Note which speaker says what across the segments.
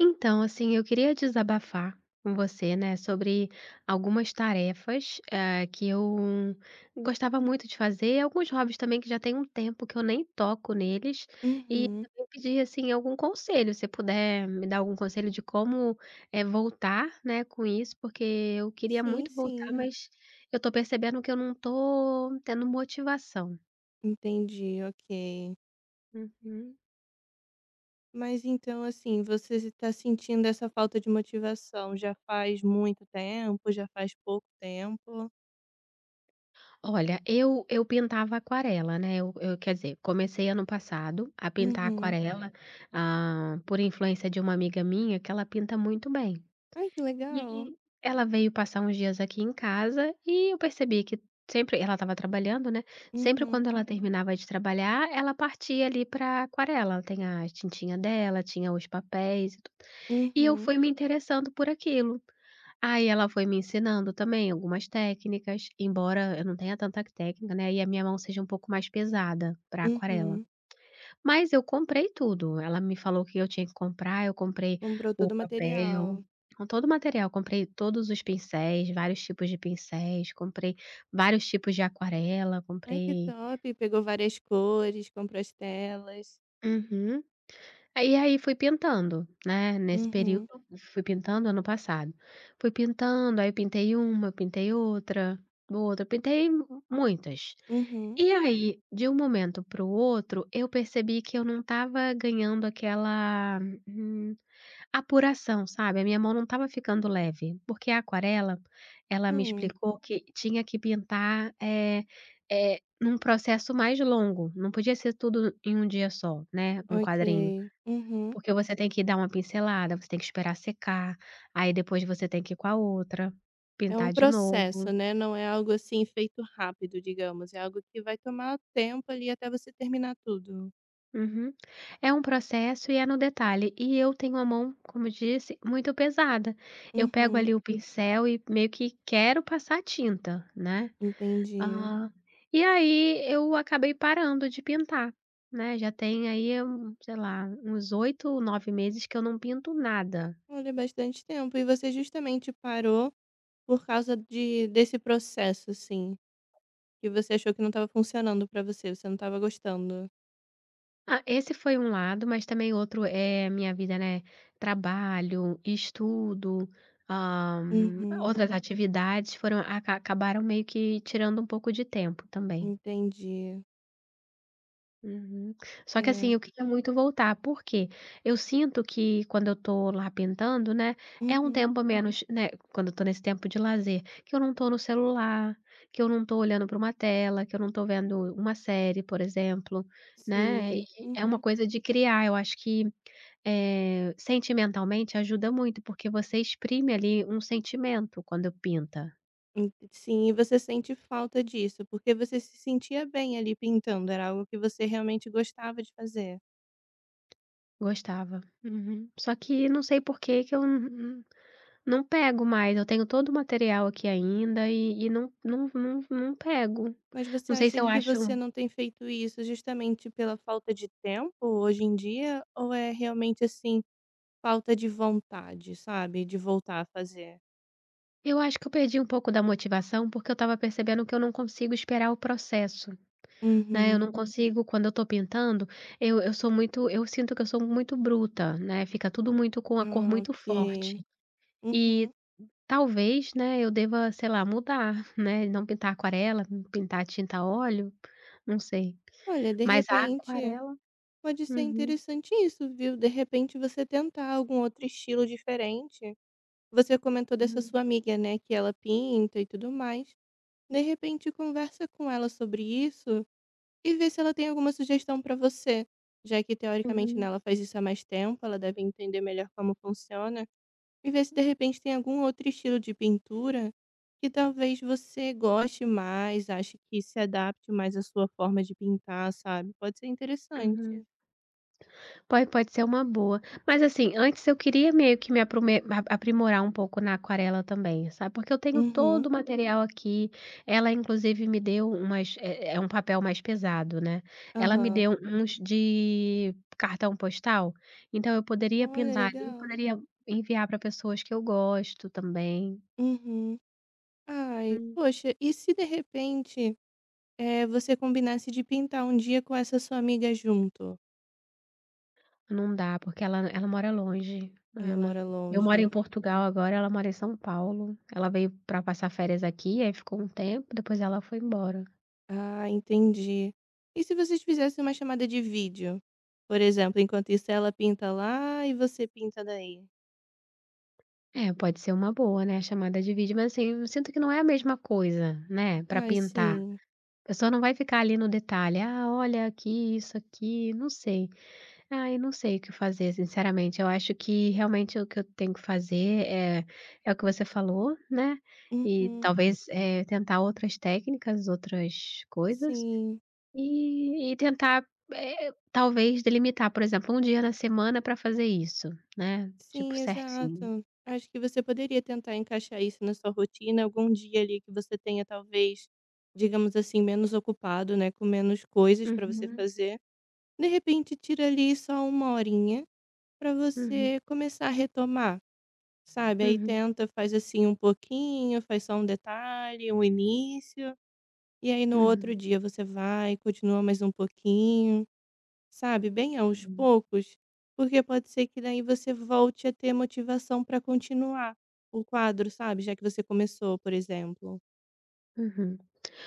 Speaker 1: Então, assim, eu queria desabafar com você, né, sobre algumas tarefas, que eu gostava muito de fazer, alguns hobbies também que já tem um tempo que eu nem toco neles, e
Speaker 2: Uhum.
Speaker 1: também pedir, assim, algum conselho, se puder me dar algum conselho de como, voltar, né, com isso, porque eu queria
Speaker 2: Sim,
Speaker 1: muito voltar,
Speaker 2: sim.
Speaker 1: mas eu tô percebendo que eu não tô tendo motivação.
Speaker 2: Entendi, ok.
Speaker 1: Uhum.
Speaker 2: Mas então, assim, você está sentindo essa falta de motivação já faz muito tempo, já faz pouco tempo?
Speaker 1: Olha, eu pintava aquarela, né, eu quer dizer, comecei ano passado a pintar
Speaker 2: Uhum.
Speaker 1: aquarela, ah, por influência de uma amiga minha que ela pinta muito bem.
Speaker 2: Ai, que legal.
Speaker 1: E ela veio passar uns dias aqui em casa e eu percebi que sempre ela estava trabalhando, né, sempre
Speaker 2: Uhum,
Speaker 1: quando ela terminava de trabalhar, ela partia ali para aquarela, ela tem a tintinha dela, tinha os papéis e tudo. E eu
Speaker 2: uhum,
Speaker 1: fui me interessando por aquilo. Aí ela foi me ensinando também algumas técnicas, embora eu não tenha tanta técnica, né, e a minha mão seja um pouco mais pesada para aquarela.
Speaker 2: uhum.
Speaker 1: Mas eu comprei tudo, ela me falou que eu tinha que comprar, eu comprei
Speaker 2: Comprou
Speaker 1: o
Speaker 2: todo o material.
Speaker 1: papel, com todo o material, comprei todos os pincéis, vários tipos de pincéis, comprei vários tipos de aquarela,
Speaker 2: Ai, que
Speaker 1: comprei.
Speaker 2: top. Pegou várias cores, comprou as telas.
Speaker 1: Uhum. Aí fui pintando, né, nesse período
Speaker 2: Uhum,
Speaker 1: fui pintando ano passado. Fui pintando, aí eu pintei uma, eu pintei outra, outra, eu pintei muitas.
Speaker 2: uhum.
Speaker 1: E aí, de um momento para o outro, eu percebi que eu não estava ganhando aquela, hum, apuração, sabe, a minha mão não estava ficando leve, porque a aquarela, ela me
Speaker 2: Hum,
Speaker 1: explicou que tinha que pintar, é num processo mais longo, não podia ser tudo em um dia só, né, um
Speaker 2: ok.
Speaker 1: quadrinho.
Speaker 2: Uhum.
Speaker 1: Porque você tem que dar uma pincelada, você tem que esperar secar, aí depois você tem que ir com a outra,
Speaker 2: É um
Speaker 1: pintar de
Speaker 2: processo,
Speaker 1: novo.
Speaker 2: né, não é algo, assim, feito rápido, digamos, é algo que vai tomar tempo, ali, até você terminar tudo.
Speaker 1: Uhum. É um processo e é no detalhe. E eu tenho a mão, como disse, muito pesada. Eu pego
Speaker 2: Uhum,
Speaker 1: ali o pincel e meio que quero passar tinta, né.
Speaker 2: entendi.
Speaker 1: Hã, e aí eu acabei parando de pintar, né, já tem aí um, sei lá, uns 8, 9 meses que eu não pinto nada.
Speaker 2: Olha, é bastante tempo. E você justamente parou por causa de desse processo, assim, que você achou que não estava funcionando pra você, você não estava gostando.
Speaker 1: Ah, esse foi um lado, mas também outro é a minha vida, né, trabalho, estudo, hã,
Speaker 2: Uhum,
Speaker 1: outras atividades foram acabaram meio que tirando um pouco de tempo também.
Speaker 2: entendi.
Speaker 1: Uhum. Só que assim,
Speaker 2: É.
Speaker 1: eu queria muito voltar, porque eu sinto que quando eu tô lá pintando, né, é um
Speaker 2: Uhum,
Speaker 1: tempo a menos, né, quando eu tô nesse tempo de lazer, que eu não tô no celular, que eu não tô olhando para uma tela, que eu não tô vendo uma série, por exemplo, né, e
Speaker 2: sim.
Speaker 1: é uma
Speaker 2: Uhum.
Speaker 1: coisa de criar, eu acho que, sentimentalmente ajuda muito, porque você exprime ali um sentimento quando pinta.
Speaker 2: En sim, e você sente falta disso, porque você se sentia bem, ali, pintando, era algo que você realmente gostava de fazer?
Speaker 1: Gostava. Uhum. Só que não sei por que que eu não pego mais, eu tenho todo o material aqui ainda e não pego.
Speaker 2: Mas você
Speaker 1: Não sei se
Speaker 2: acha
Speaker 1: eu
Speaker 2: que
Speaker 1: acho.
Speaker 2: você
Speaker 1: Uhum.
Speaker 2: não tem feito isso justamente pela falta de tempo hoje em dia? Ou é realmente assim, falta de vontade, sabe? De voltar a fazer?
Speaker 1: Eu acho que eu perdi um pouco da motivação, porque eu estava percebendo que eu não consigo esperar o processo, né, eu
Speaker 2: Uhum.
Speaker 1: não consigo quando eu estou pintando, eu sou muito, eu sinto que eu sou muito bruta, né, fica tudo muito com a cor
Speaker 2: Ah,
Speaker 1: muito
Speaker 2: ok.
Speaker 1: forte. E
Speaker 2: Uhum.
Speaker 1: talvez, né, eu deva, sei lá, mudar, né, não pintar aquarela, pintar tinta a óleo, não sei.
Speaker 2: Olha, de
Speaker 1: Mas a
Speaker 2: repente,
Speaker 1: aquarela,
Speaker 2: pode ser
Speaker 1: uhum,
Speaker 2: interessante isso, viu? De repente você tentar algum outro estilo diferente. Você comentou dessa
Speaker 1: uhum,
Speaker 2: sua amiga, né? Que ela pinta e tudo mais. De repente, conversa com ela sobre isso e ver se ela tem alguma sugestão para você, já que teoricamente, né,
Speaker 1: uhum.
Speaker 2: ela faz isso há mais tempo, ela deve entender melhor como funciona, e ver se de repente tem algum outro estilo de pintura que talvez você goste mais, ache que se adapte mais à sua forma de pintar, sabe. Pode ser interessante.
Speaker 1: Uhum. Pode pode ser uma boa. Mas, assim, antes eu queria meio que me aprome a aprimorar um pouco na aquarela também, sabe, porque eu tenho
Speaker 2: Uhum,
Speaker 1: todo o material aqui, ela inclusive me deu umas, é um papel mais pesado, né, ela me
Speaker 2: aham.
Speaker 1: deu uns de cartão postal, então eu poderia
Speaker 2: Olha,
Speaker 1: pintar ali,
Speaker 2: legal.
Speaker 1: poderia enviar para pessoas que eu gosto também.
Speaker 2: Uhum. Ai,
Speaker 1: Hum.
Speaker 2: poxa, e se de repente, você combinasse de pintar um dia com essa sua amiga junto?
Speaker 1: Não dá, porque ela mora longe,
Speaker 2: Ela
Speaker 1: ela,
Speaker 2: mora
Speaker 1: eu moro em
Speaker 2: longe.
Speaker 1: Portugal agora, ela mora em São Paulo. Ela veio para passar férias aqui, aí ficou um tempo, depois ela foi embora.
Speaker 2: Ah, entendi. E se vocês fizessem uma chamada de vídeo? Por exemplo, enquanto isso ela pinta lá e você pinta daí.
Speaker 1: É, pode ser uma boa, né, a chamada de vídeo, mas, assim, eu sinto que não é a mesma coisa, né, para
Speaker 2: Ai,
Speaker 1: pintar.
Speaker 2: sim.
Speaker 1: A pessoa não vai ficar ali no detalhe: "Ah, olha aqui, isso aqui", não sei. Ah, eu não sei o que fazer, sinceramente. Eu acho que realmente o que eu tenho que fazer é, é o que você falou, né? E, uhum,
Speaker 2: Uhum.
Speaker 1: talvez tentar outras técnicas, outras coisas,
Speaker 2: Sim.
Speaker 1: e tentar, talvez, delimitar, por exemplo, um dia na semana para fazer isso, né? Tipo,
Speaker 2: Sim,
Speaker 1: certinho.
Speaker 2: exato. Acho que você poderia tentar encaixar isso na sua rotina algum dia ali que você tenha talvez, digamos assim, menos ocupado, né, com menos coisas para você
Speaker 1: Uhum,
Speaker 2: fazer. De repente tira ali só uma horinha para
Speaker 1: uhum,
Speaker 2: você começar a retomar. Sabe, aí
Speaker 1: uhum,
Speaker 2: tenta, faz assim um pouquinho, faz só um detalhe, um início, e aí no outro
Speaker 1: uhum,
Speaker 2: dia você vai, continua mais um pouquinho, sabe, bem aos
Speaker 1: uhum,
Speaker 2: poucos, porque pode ser que daí você volte a ter motivação para continuar o quadro, sabe, já que você começou, por exemplo.
Speaker 1: uhum.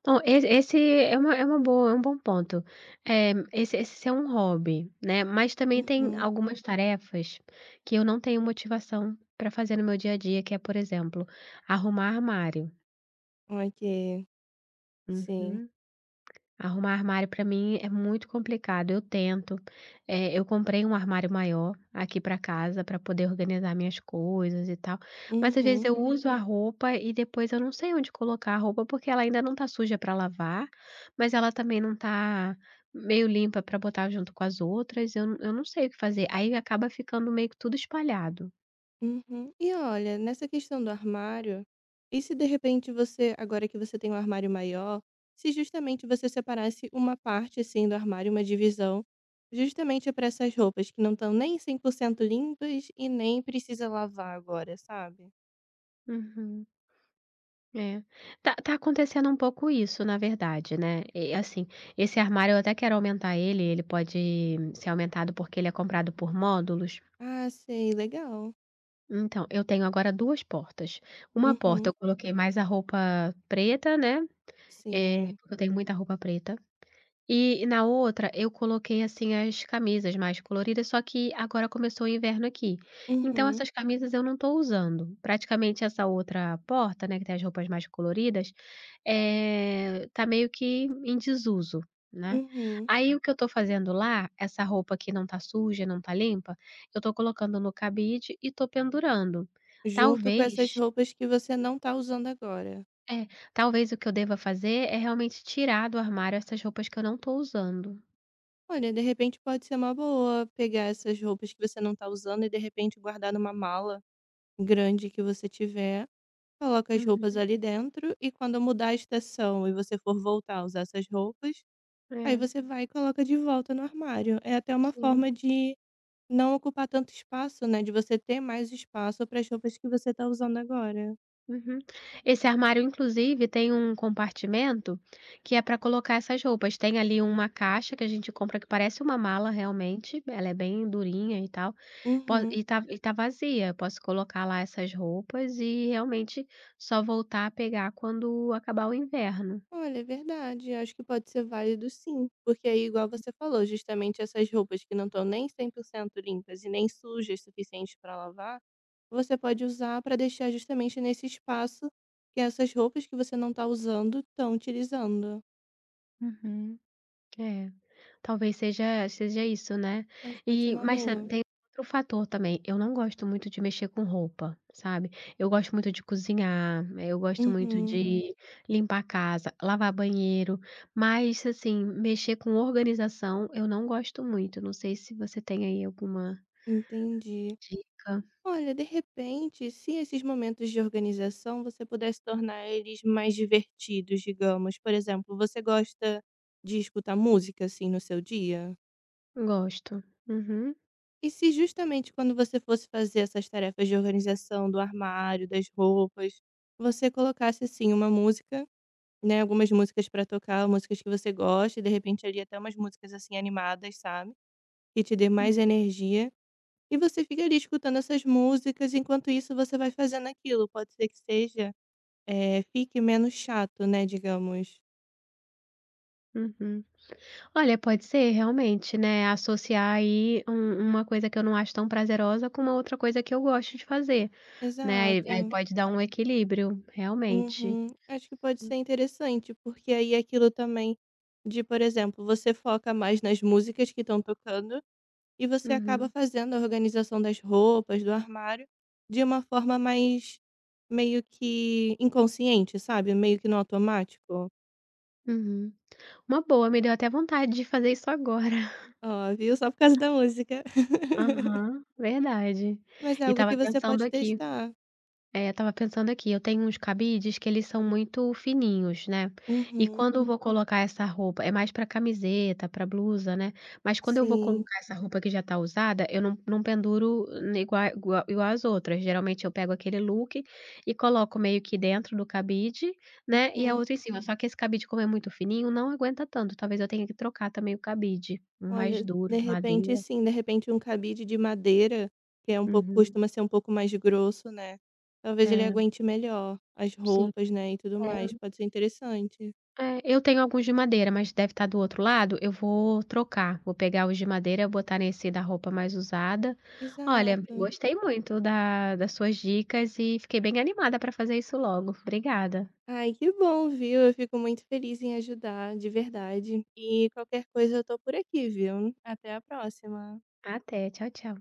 Speaker 1: Então, esse esse é uma boa, é um bom ponto. É esse é um hobby, né, mas também tem
Speaker 2: Uhum.
Speaker 1: algumas tarefas que eu não tenho motivação para fazer no meu dia a dia, que é, por exemplo, arrumar armário.
Speaker 2: Ok, sim.
Speaker 1: Uhum. Arrumar armário para mim é muito complicado, eu tento. Eu comprei um armário maior aqui para casa para poder organizar minhas coisas e tal, mas às vezes
Speaker 2: Uhum.
Speaker 1: eu uso a roupa e depois eu não sei onde colocar a roupa, porque ela ainda não tá suja para lavar, mas ela também não tá meio limpa para botar junto com as outras, eu não sei o que fazer, aí acaba ficando meio que tudo espalhado.
Speaker 2: Uhum. E olha, nessa questão do armário, e se de repente você, agora que você tem um armário maior, se justamente você separasse uma parte assim do armário, uma divisão, justamente para essas roupas que não estão nem 100% limpas e nem precisa lavar agora, sabe?
Speaker 1: Uhum. É. Tá acontecendo um pouco isso, na verdade, né. E, assim, esse armário eu até quero aumentar ele, ele pode ser aumentado, porque ele é comprado por módulos.
Speaker 2: Ah, sei, legal.
Speaker 1: Então, eu tenho agora 2 portas. Uma porta
Speaker 2: Uhum.
Speaker 1: eu coloquei mais a roupa preta, né,
Speaker 2: Sim.
Speaker 1: porque eu tenho muita roupa preta. E na outra, eu coloquei, assim, as camisas mais coloridas, só que agora começou o inverno aqui. Então
Speaker 2: Uhum.
Speaker 1: essas camisas eu não estou usando. Praticamente essa outra porta, né, que tem as roupas mais coloridas, tá meio que em desuso, né.
Speaker 2: Uhum.
Speaker 1: Aí o que eu estou fazendo lá, essa roupa que não tá suja, não tá limpa, eu estou colocando no cabide e estou pendurando.
Speaker 2: Junto com essas
Speaker 1: Talvez
Speaker 2: roupas que você não tá usando agora.
Speaker 1: é, talvez o que eu deva fazer é realmente tirar do armário essas roupas que eu não estou usando.
Speaker 2: Olha, de repente pode ser uma boa pegar essas roupas que você não está usando e de repente guardar numa mala grande que você tiver, coloca as roupas
Speaker 1: Uhum.
Speaker 2: ali dentro e quando mudar a estação e você for voltar a usar essas roupas, aí
Speaker 1: É,
Speaker 2: você vai e coloca de volta no armário. É até uma
Speaker 1: sim.
Speaker 2: forma de não ocupar tanto espaço, né? De você ter mais espaço para as roupas que você está usando agora.
Speaker 1: Uhum. Esse armário, inclusive, tem um compartimento que é para colocar essas roupas. Tem ali uma caixa que a gente compra que parece uma mala realmente, ela é bem durinha e tal, po
Speaker 2: Uhum.
Speaker 1: e tá vazia. Eu posso colocar lá essas roupas e realmente só voltar a pegar quando acabar o inverno.
Speaker 2: Olha, é verdade. Acho que pode ser válido sim, porque aí, igual você falou, justamente essas roupas que não estão nem 100% limpas e nem sujas suficientes para lavar, você pode usar para deixar justamente nesse espaço que essas roupas que você não está usando estão utilizando.
Speaker 1: Uhum. É. Talvez seja isso, né.
Speaker 2: Acho que pode ser
Speaker 1: E
Speaker 2: uma
Speaker 1: mas sabe,
Speaker 2: boa.
Speaker 1: tem outro fator também, eu não gosto muito de mexer com roupa, sabe. Eu gosto muito de cozinhar, eu gosto muito
Speaker 2: Uhum,
Speaker 1: de limpar a casa, lavar banheiro, mas assim, mexer com organização eu não gosto muito, não sei se você tem aí alguma
Speaker 2: entendi.
Speaker 1: dica.
Speaker 2: Olha, de repente, se esses momentos de organização você pudesse tornar eles mais divertidos, digamos, por exemplo, você gosta de escutar música assim no seu dia?
Speaker 1: Gosto. Uhum.
Speaker 2: E se justamente quando você fosse fazer essas tarefas de organização do armário, das roupas, você colocasse assim uma música, né, algumas músicas pra tocar, músicas que você gosta, e de repente ali até umas músicas assim animadas, sabe, que te dê mais energia, e você fica ali escutando essas músicas, enquanto isso você vai fazendo aquilo, pode ser que seja, fique menos chato, né, digamos.
Speaker 1: Uhum. Olha, pode ser realmente, né, associar aí um, uma coisa que eu não acho tão prazerosa com uma outra coisa que eu gosto de fazer. Né, aí
Speaker 2: Exato.
Speaker 1: pode dar um equilíbrio, realmente.
Speaker 2: Uhum. Acho que pode
Speaker 1: Hum.
Speaker 2: ser interessante, porque aí é aquilo também de, por exemplo, você foca mais nas músicas que estão tocando e você acaba
Speaker 1: Uhum,
Speaker 2: fazendo a organização das roupas, do armário, de uma forma mais meio que inconsciente, sabe? Meio que no automático.
Speaker 1: uhum. Uma boa, me deu até vontade de fazer isso agora.
Speaker 2: Ó, viu? Só por causa da música.
Speaker 1: Aham, verdade.
Speaker 2: Mas é
Speaker 1: E
Speaker 2: algo que
Speaker 1: tava
Speaker 2: você
Speaker 1: pensando
Speaker 2: pode
Speaker 1: aqui,
Speaker 2: testar.
Speaker 1: é, eu estava pensando aqui, eu tenho uns cabides que eles são muito fininhos, né, e
Speaker 2: Uhum.
Speaker 1: quando eu, uhum, vou colocar essa roupa é mais pra camiseta, pra blusa, né, mas quando eu vou
Speaker 2: Sim.
Speaker 1: colocar essa roupa que já tá usada, eu não penduro ne igua igua igual as outras, geralmente eu pego aquele look e coloco meio que dentro do cabide, né, e a
Speaker 2: Uhum.
Speaker 1: outra em cima, só que esse cabide como é muito fininho, não aguenta tanto, talvez eu tenha que trocar também o cabide, um mais
Speaker 2: Olha,
Speaker 1: duro,
Speaker 2: de
Speaker 1: de
Speaker 2: repente
Speaker 1: madeira.
Speaker 2: sim, de repente um cabide de madeira, que é um pouco
Speaker 1: Uhum.
Speaker 2: costuma ser um pouco mais grosso, né, talvez ele
Speaker 1: É,
Speaker 2: aguente melhor as
Speaker 1: sim.
Speaker 2: roupas, né, e tudo
Speaker 1: É.
Speaker 2: mais, pode ser interessante.
Speaker 1: É, eu tenho alguns de madeira, mas deve estar do outro lado, eu vou trocar, vou pegar os de madeira, botar nesse da roupa mais usada. Olha, uhum,
Speaker 2: Exato.
Speaker 1: gostei muito da, das suas dicas e fiquei bem animada para fazer isso logo. Obrigada.
Speaker 2: Ai, que bom, viu, eu fico muito feliz em ajudar, de verdade. E qualquer coisa eu tô por aqui, viu. Até a próxima.
Speaker 1: Até, tchau, tchau.